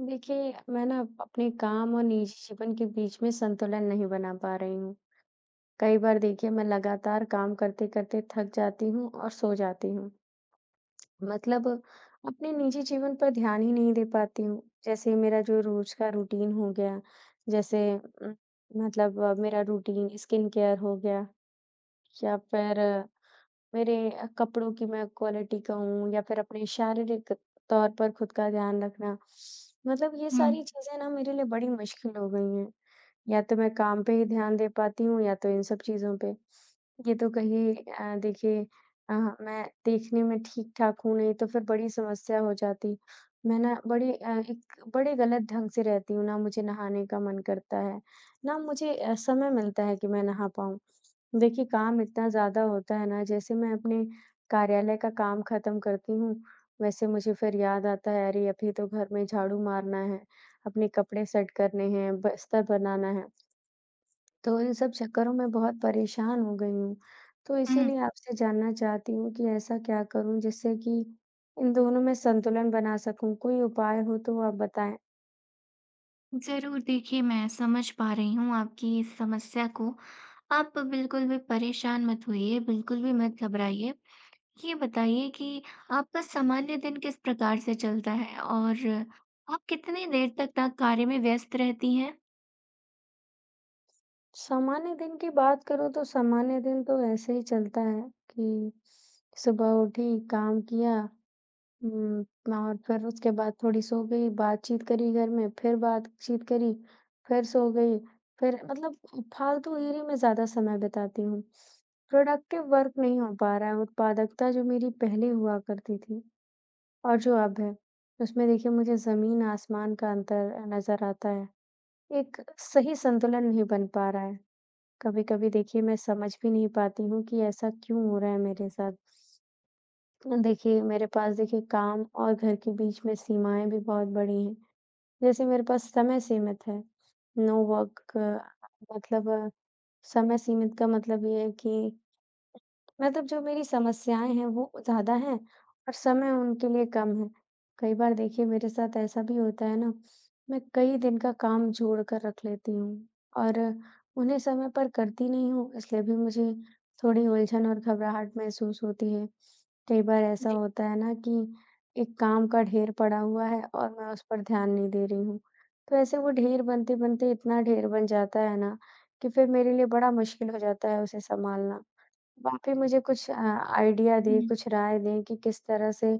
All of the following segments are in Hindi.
देखिए, मैं ना अपने काम और निजी जीवन के बीच में संतुलन नहीं बना पा रही हूँ। कई बार देखिए मैं लगातार काम करते-करते थक जाती हूँ और सो जाती हूँ। मतलब अपने निजी जीवन पर ध्यान ही नहीं दे पाती हूँ। जैसे मेरा जो रोज़ का रूटीन हो गया, जैसे मतलब मेरा रूटीन स्किन केयर हो गया या फिर मेरे कपड़ों की मैं क्वालिटी कहूँ या फिर अपने शारीरिक तौर पर खुद का ध्यान रखना, मतलब ये हुँ, सारी चीज़ें ना मेरे लिए बड़ी मुश्किल हो गई हैं। या तो मैं काम पे ही ध्यान दे पाती हूँ या तो इन सब चीज़ों पे। ये तो कहीं देखिए अ, मैं देखने में ठीक-ठाक हूँ, नहीं तो फिर बड़ी समस्या हो जाती। मैं ना बड़ी एक बड़े गलत ढंग से रहती हूँ, ना मुझे नहाने का मन करता है, ना मुझे समय मिलता है कि मैं नहा पाऊँ। देखिए काम इतना ज़्यादा होता है ना, जैसे मैं अपने कार्यालय का काम ख़त्म करती हूँ, वैसे मुझे फिर याद आता है, अरे! अभी तो घर में झाड़ू मारना है, अपने कपड़े सेट करने हैं, बिस्तर बनाना है। तो इन सब चक्करों में बहुत परेशान हो गई हूँ। तो हुँ। इसीलिए आपसे जानना चाहती हूँ कि ऐसा क्या करूँ जिससे कि इन दोनों में संतुलन बना सकूँ? कोई उपाय हो तो आप बताएँ। ज़रूर देखिए, मैं समझ पा रही हूँ आपकी इस समस्या को। आप बिल्कुल भी परेशान मत होइए, बिल्कुल भी मत घबराइए। ये बताइए कि आपका सामान्य दिन किस प्रकार से चलता है और आप कितनी देर तक ना कार्य में व्यस्त रहती हैं? सामान्य दिन की बात करूँ तो सामान्य दिन तो ऐसे ही चलता है कि सुबह उठी, काम किया हुँ, ना और फिर उसके बाद थोड़ी सो गई, बातचीत करी घर में, फिर बातचीत करी, फिर सो गई, फिर मतलब फालतू इन्हीं में ज़्यादा समय बिताती हूँ। प्रोडक्टिव वर्क नहीं हो पा रहा है, उत्पादकता जो मेरी पहले हुआ करती थी और जो अब है, उसमें देखिए मुझे ज़मीन-आसमान का अंतर नज़र आता है। एक सही संतुलन नहीं बन पा रहा है। कभी-कभी देखिए मैं समझ भी नहीं पाती हूँ कि ऐसा क्यों हो रहा है मेरे साथ। देखिए, मेरे पास देखिए काम और घर के बीच में सीमाएँ भी बहुत बड़ी हैं। जैसे मेरे पास समय सीमित है, नो वर्क मतलब समय सीमित का मतलब ये है कि मतलब जो मेरी समस्याएँ हैं वो ज़्यादा हैं और समय उनके लिए कम है। कई बार देखिए मेरे साथ ऐसा भी होता है ना, मैं कई दिन का काम जोड़ कर रख लेती हूँ और उन्हें समय पर करती नहीं हूँ, इसलिए भी मुझे थोड़ी उलझन और घबराहट महसूस होती है। कई बार ऐसा होता है ना कि एक काम का ढेर पड़ा हुआ है और मैं उस पर ध्यान नहीं दे रही हूँ। तो ऐसे वो ढेर बनते-बनते इतना ढेर बन जाता है ना कि फिर मेरे लिए बड़ा मुश्किल हो जाता है उसे सँभालना। वाकई मुझे कुछ आइडिया दें, जी। कुछ राय दें कि किस तरह से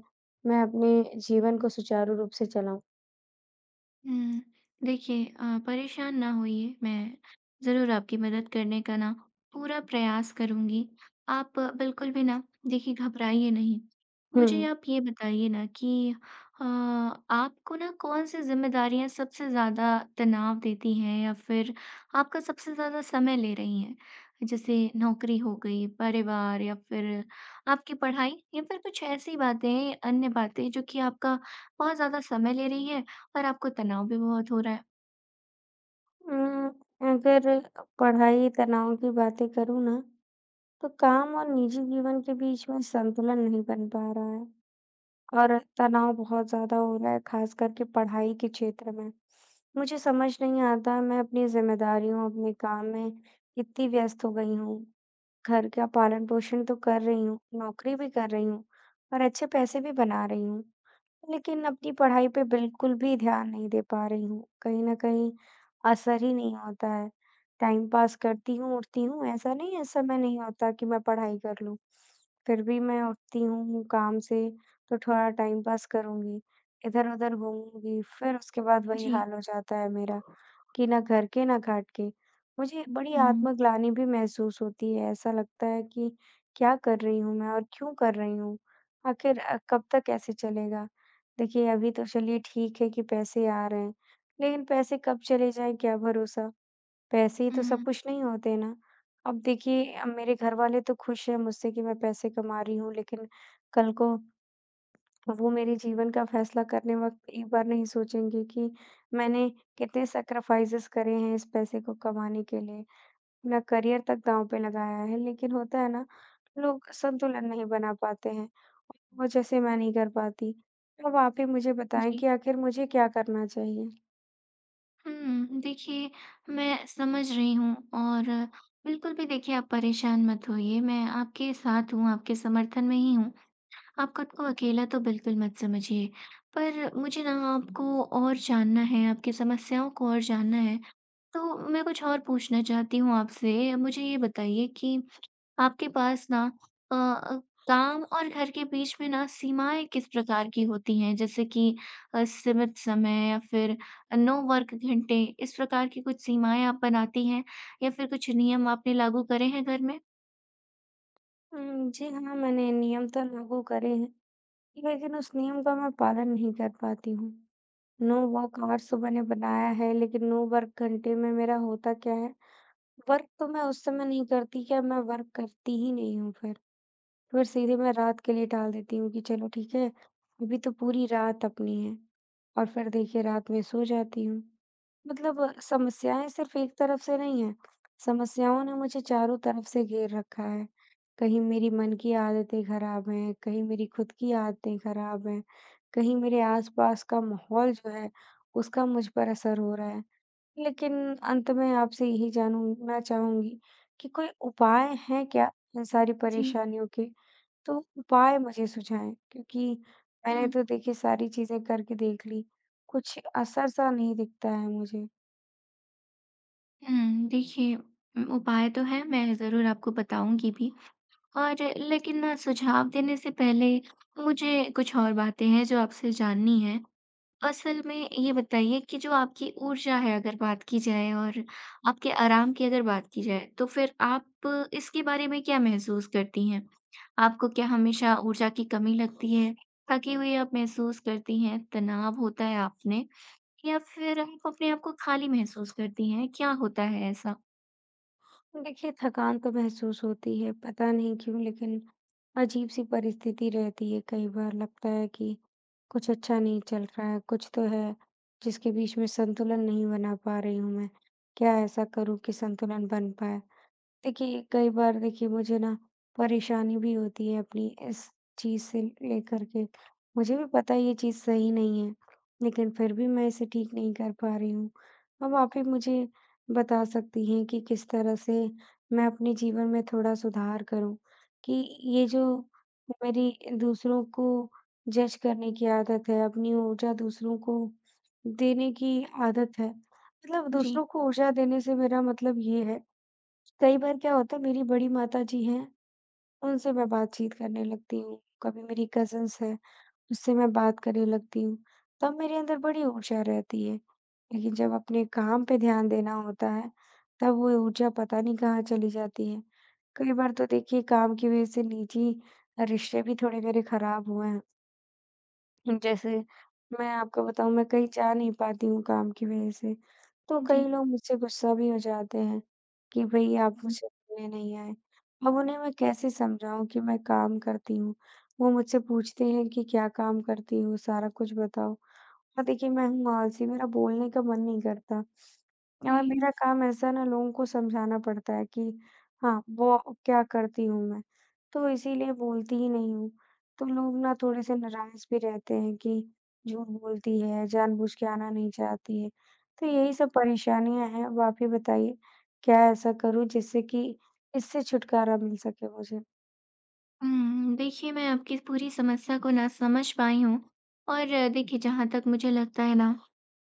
मैं अपने जीवन को सुचारू रूप से चलाऊँ। हुँ। देखिए परेशान ना होइए, मैं ज़रूर आपकी मदद करने का ना पूरा प्रयास करूँगी। आप बिल्कुल भी ना देखिए घबराइए नहीं। हुँ। मुझे आप ये बताइए ना कि आपको ना कौन-सी ज़िम्मेदारियाँ सबसे ज़्यादा तनाव देती हैं या फिर आपका सबसे ज़्यादा समय ले रही हैं? जैसे नौकरी हो गई, परिवार या फिर आपकी पढ़ाई या फिर कुछ ऐसी बातें, अन्य बातें जो कि आपका बहुत ज़्यादा समय ले रही है पर आपको तनाव भी बहुत हो रहा है। उम, अगर पढ़ाई तनाव की बातें करूँ ना, तो काम और निजी जीवन के बीच में संतुलन नहीं बन पा रहा है और तनाव बहुत ज़्यादा हो रहा है, ख़ास करके पढ़ाई के क्षेत्र में। मुझे समझ नहीं आता मैं अपनी ज़िम्मेदारियों, अपने काम में इतनी व्यस्त हो गई हूँ घर का पालन-पोषण तो कर रही हूँ, नौकरी भी कर रही हूँ और अच्छे पैसे भी बना रही हूँ। लेकिन अपनी पढ़ाई पे बिल्कुल भी ध्यान नहीं दे पा रही हूँ। कहीं न कहीं असर ही नहीं होता है। टाइम पास करती हूँ, उठती हूँ, ऐसा नहीं है समय नहीं होता कि मैं पढ़ाई कर लूँ। फिर भी मैं उठती हूँ काम से तो थोड़ा टाइम पास करूँगी, इधर-उधर घूमूँगी, फिर उसके बाद वही जी। हाल हो जाता है मेरा। कि ना घर के, ना घाट के। मुझे बड़ी हुँ, आत्मग्लानि भी महसूस होती है, ऐसा लगता है कि क्या कर रही हूँ मैं और क्यों कर रही हूँ? आखिर कब तक ऐसे चलेगा? देखिए, अभी तो चलिए ठीक है कि पैसे आ रहे हैं, लेकिन पैसे कब चले जाएँ क्या भरोसा? पैसे ही तो सब हुँ, कुछ नहीं होते ना। अब देखिए मेरे घरवाले तो खुश हैं मुझसे कि मैं पैसे कमा रही हूँ, लेकिन कल को वो मेरे जीवन का फैसला करने वक़्त एक बार नहीं सोचेंगे कि मैंने कितने सैक्रिफ़ाइसेज़ करे हैं इस पैसे को कमाने के लिए, अपना करियर तक दाँव पे लगाया है। लेकिन होता है ना, लोग संतुलन नहीं बना पाते हैं, वो जैसे मैं नहीं कर पाती। अब आप ही मुझे बताएँ जी। कि आखिर मुझे क्या करना चाहिए? हुँ, देखिए मैं समझ रही हूँ और बिल्कुल भी देखिए आप परेशान मत होइए, मैं आपके साथ हूँ, आपके समर्थन में ही हूँ। आप खुद को अकेला तो बिल्कुल मत समझिए। पर मुझे ना आपको और जानना है, आपकी समस्याओं को और जानना है, तो मैं कुछ और पूछना चाहती हूँ आपसे। मुझे ये बताइए कि आपके पास ना अ अ, काम और घर के बीच में ना सीमाएँ किस प्रकार की होती हैं? जैसे कि सीमित समय या फिर नो वर्क घंटे, इस प्रकार की कुछ सीमाएँ आप बनाती हैं या फिर कुछ नियम आपने लागू करे हैं घर में? जी हाँ, मैंने नियम तो लागू करे हैं, लेकिन उस नियम का मैं पालन नहीं कर पाती हूँ। नो वर्क आवर्स तो मैंने बनाया है, लेकिन नो वर्क घंटे में मेरा होता क्या है? वर्क तो मैं उस समय नहीं करती, क्या मैं वर्क करती ही नहीं हूँ फिर। फिर सीधे मैं रात के लिए टाल देती हूँ कि चलो ठीक है, अभी तो पूरी रात अपनी है और फिर देखिए रात में सो जाती हूँ। मतलब समस्याएँ सिर्फ़ एक तरफ से नहीं हैं, समस्याओं ने मुझे चारों तरफ से घेर रखा है। कहीं मेरी मन की आदतें खराब हैं, कहीं मेरी खुद की आदतें खराब हैं, कहीं मेरे आस-पास का माहौल जो है, उसका मुझ पर असर हो रहा है। लेकिन अंत में आपसे यही जानना चाहूँगी कि कोई उपाय हैं क्या इन सारी जी। परेशानियों के? तो उपाय मुझे सुझाएँ क्योंकि मैंने हुँ, तो देखिए सारी चीज़ें करके देख ली, कुछ असर-सा नहीं दिखता है मुझे। हुँ, देखिए उपाय तो हैं, मैं ज़रूर आपको बताऊँगी भी और लेकिन ना सुझाव देने से पहले मुझे कुछ और बातें हैं जो आपसे जाननी हैं। असल में ये बताइए कि जो आपकी ऊर्जा है अगर बात की जाए और आपके आराम की अगर बात की जाए, तो फिर आप इसके बारे में क्या महसूस करती हैं? आपको क्या हमेशा ऊर्जा की कमी लगती है? थकी हुई आप महसूस करती हैं? तनाव होता है आप में? या फिर आप अपने आप को खाली महसूस करती हैं? क्या होता है ऐसा? देखिए थकान तो महसूस होती है, पता नहीं क्यों लेकिन अजीब-सी परिस्थिति रहती है कई बार लगता है कि कुछ अच्छा नहीं चल रहा है, कुछ तो है जिसके बीच में संतुलन नहीं बना पा रही हूँ मैं। क्या ऐसा करूँ कि संतुलन बन पाए? देखिए, कई बार देखिए मुझे ना परेशानी भी होती है अपनी इस चीज़ से लेकर के। मुझे भी पता है ये चीज़ सही नहीं है, लेकिन फिर भी मैं इसे ठीक नहीं कर पा रही हूँ। अब आप ही मुझे बता सकती हैं कि किस तरह से मैं अपने जीवन में थोड़ा सुधार करूँ कि ये जो मेरी दूसरों को जज करने की आदत है, अपनी ऊर्जा दूसरों को देने की आदत है। मतलब जी, दूसरों को ऊर्जा देने से मेरा मतलब ये है कई बार क्या होता है मेरी बड़ी माताजी हैं, उनसे मैं बातचीत करने लगती हूँ, कभी मेरी कज़िन्स हैं, उससे मैं बात करने लगती हूँ, तब मेरे अंदर बड़ी ऊर्जा रहती है। लेकिन जब अपने काम पे ध्यान देना होता है, तब वो ऊर्जा पता नहीं कहाँ चली जाती है। कई बार तो देखिए काम की वज़ह से निजी रिश्ते भी थोड़े मेरे खराब हुए हैं। जैसे मैं आपको बताऊँ मैं कहीं जा नहीं पाती हूँ काम की वज़ह से, तो जी। कई लोग मुझसे गुस्सा भी हो जाते हैं कि भई आप हुँ। मुझसे मिलने नहीं आए। अब उन्हें मैं कैसे समझाऊँ कि मैं काम करती हूँ? वो मुझसे पूछते हैं कि क्या काम करती हो? सारा कुछ बताओ। और देखिए मैं हूँ आलसी, मेरा बोलने का मन नहीं करता। जी। और मेरा काम ऐसा है ना लोगों को समझाना पड़ता है कि हाँ, वो क्या करती हूँ मैं, तो इसीलिए बोलती ही नहीं हूँ। तो लोग ना थोड़े से नाराज़ भी रहते हैं कि झूठ बोलती है, जानबूझ के आना नहीं चाहती है। तो यही सब परेशानियाँ हैं, अब आप ही बताइए क्या ऐसा करूँ जिससे कि इससे छुटकारा मिल सके मुझे? हुँ, देखिए मैं आपकी इस पूरी समस्या को ना समझ पाई हूँ और देखिए जहाँ तक मुझे लगता है ना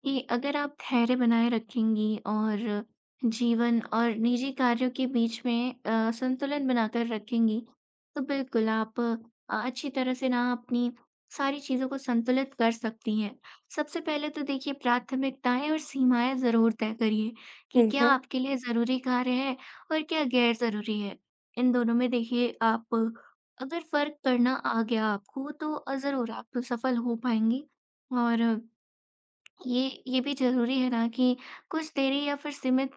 कि अगर आप धैर्य बनाए रखेंगी और जीवन और निजी कार्यों के बीच में संतुलन बनाकर रखेंगी, तो बिल्कुल आप अच्छी तरह से ना अपनी सारी चीज़ों को संतुलित कर सकती हैं। सबसे पहले तो देखिए प्राथमिकताएँ और सीमाएँ ज़रूर तय करिए कि ठीक क्या है। आपके लिए ज़रूरी कार्य है और क्या गैर ज़रूरी है। इन दोनों में देखिए आप अगर फ़र्क करना आ गया आपको तो ज़रूर आप तो सफल हो पाएँगी और ये ये भी ज़रूरी है ना कि कुछ देरी या फिर सीमित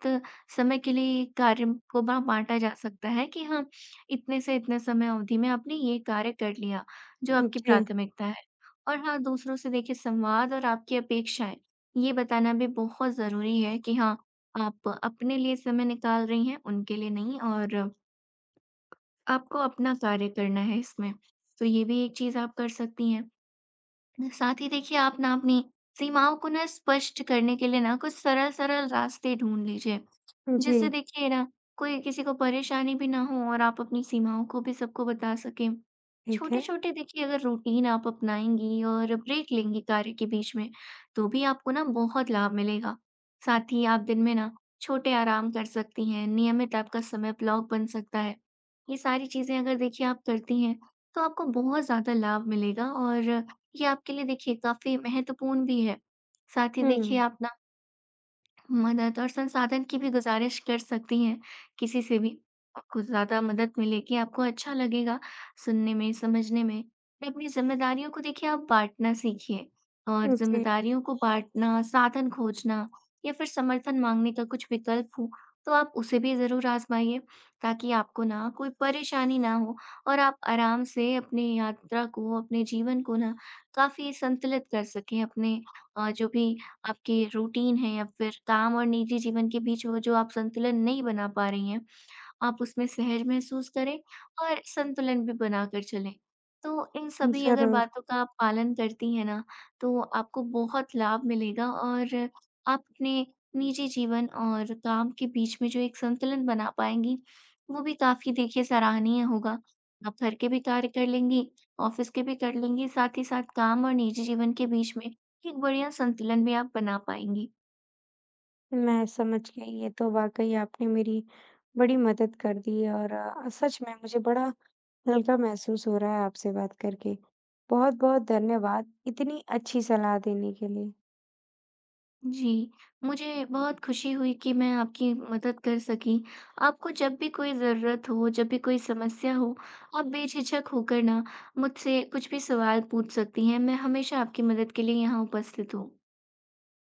समय के लिए कार्य को बा बाँटा जा सकता है कि हाँ, इतने से इतने समय अवधि में आपने ये कार्य कर लिया, जो आपकी जी, प्राथमिकता है। और हाँ, दूसरों से देखिए संवाद और आपकी अपेक्षाएँ, ये बताना भी बहुत ज़रूरी है कि हाँ, आप अपने लिए समय निकाल रही हैं, उनके लिए नहीं और आपको अपना कार्य करना है इसमें, तो ये भी एक चीज़ आप कर सकती हैं। साथ ही देखिए आप ना अपनी सीमाओं को ना स्पष्ट करने के लिए ना कुछ सरल-सरल रास्ते ढूँढ लीजिए। जी, जिससे देखिए ना कोई किसी को परेशानी भी ना हो और आप अपनी सीमाओं को भी सबको बता सकें। ठीक है। छोटे-छोटे देखिए अगर रूटीन आप अपनाएँगी और ब्रेक लेंगी कार्य के बीच में, तो भी आपको ना बहुत लाभ मिलेगा। साथ ही आप दिन में ना छोटे आराम कर सकती हैं, नियमित आपका समय ब्लॉक बन सकता है। ये सारी चीज़ें अगर देखिए आप करती हैं, तो आपको बहुत ज़्यादा लाभ मिलेगा और ये आपके लिए देखिए काफ़ी महत्वपूर्ण भी है। साथ ही देखिए हुँ, आप मदद और संसाधन की भी गुज़ारिश कर सकती हैं, किसी से भी। आपको ज़्यादा मदद मिलेगी, आपको अच्छा लगेगा सुनने में, समझने में। और अपनी ज़िम्मेदारियों को देखिए आप बाँटना सीखिए और जी, ज़िम्मेदारियों को बाँटना, साधन खोजना या फिर समर्थन माँगने का कुछ विकल्प हो, तो आप उसे भी ज़रूर आज़माइए, ताकि आपको ना कोई परेशानी ना हो और आप आराम से अपनी यात्रा को, अपने जीवन को ना काफ़ी संतुलित कर सकें, अपने जो भी आपकी रूटीन है या फिर काम और निजी जीवन के बीच वो जो आप संतुलन नहीं बना पा रही हैं, आप उसमें सहज महसूस करें और संतुलन भी बनाकर चलें। तो इन सभी अगर ज़रूर। बातों का आप पालन करती हैं ना, तो आपको बहुत लाभ मिलेगा और आप अपने निजी जीवन और काम के बीच में जो एक संतुलन बना पाएँगी, वो भी काफ़ी देखिए सराहनीय होगा। आप घर के भी कार्य कर लेंगी, ऑफ़िस के भी कर लेंगी, साथ ही साथ काम और निजी जीवन के बीच में एक बढ़िया संतुलन भी आप बना पाएँगी। मैं समझ गई, ये तो वाक़ई आपने मेरी बड़ी मदद कर दी और सच में मुझे बड़ा हल्का महसूस हो रहा है आपसे बात करके। बहुत-बहुत धन्यवाद इतनी अच्छी सलाह देने के लिए। जी, मुझे बहुत खुशी हुई कि मैं आपकी मदद कर सकी। आपको जब भी कोई ज़रूरत हो, जब भी कोई समस्या हो, आप बेझिझक होकर ना मुझसे कुछ भी सवाल पूछ सकती हैं। मैं हमेशा आपकी मदद के लिए यहाँ उपस्थित हूँ।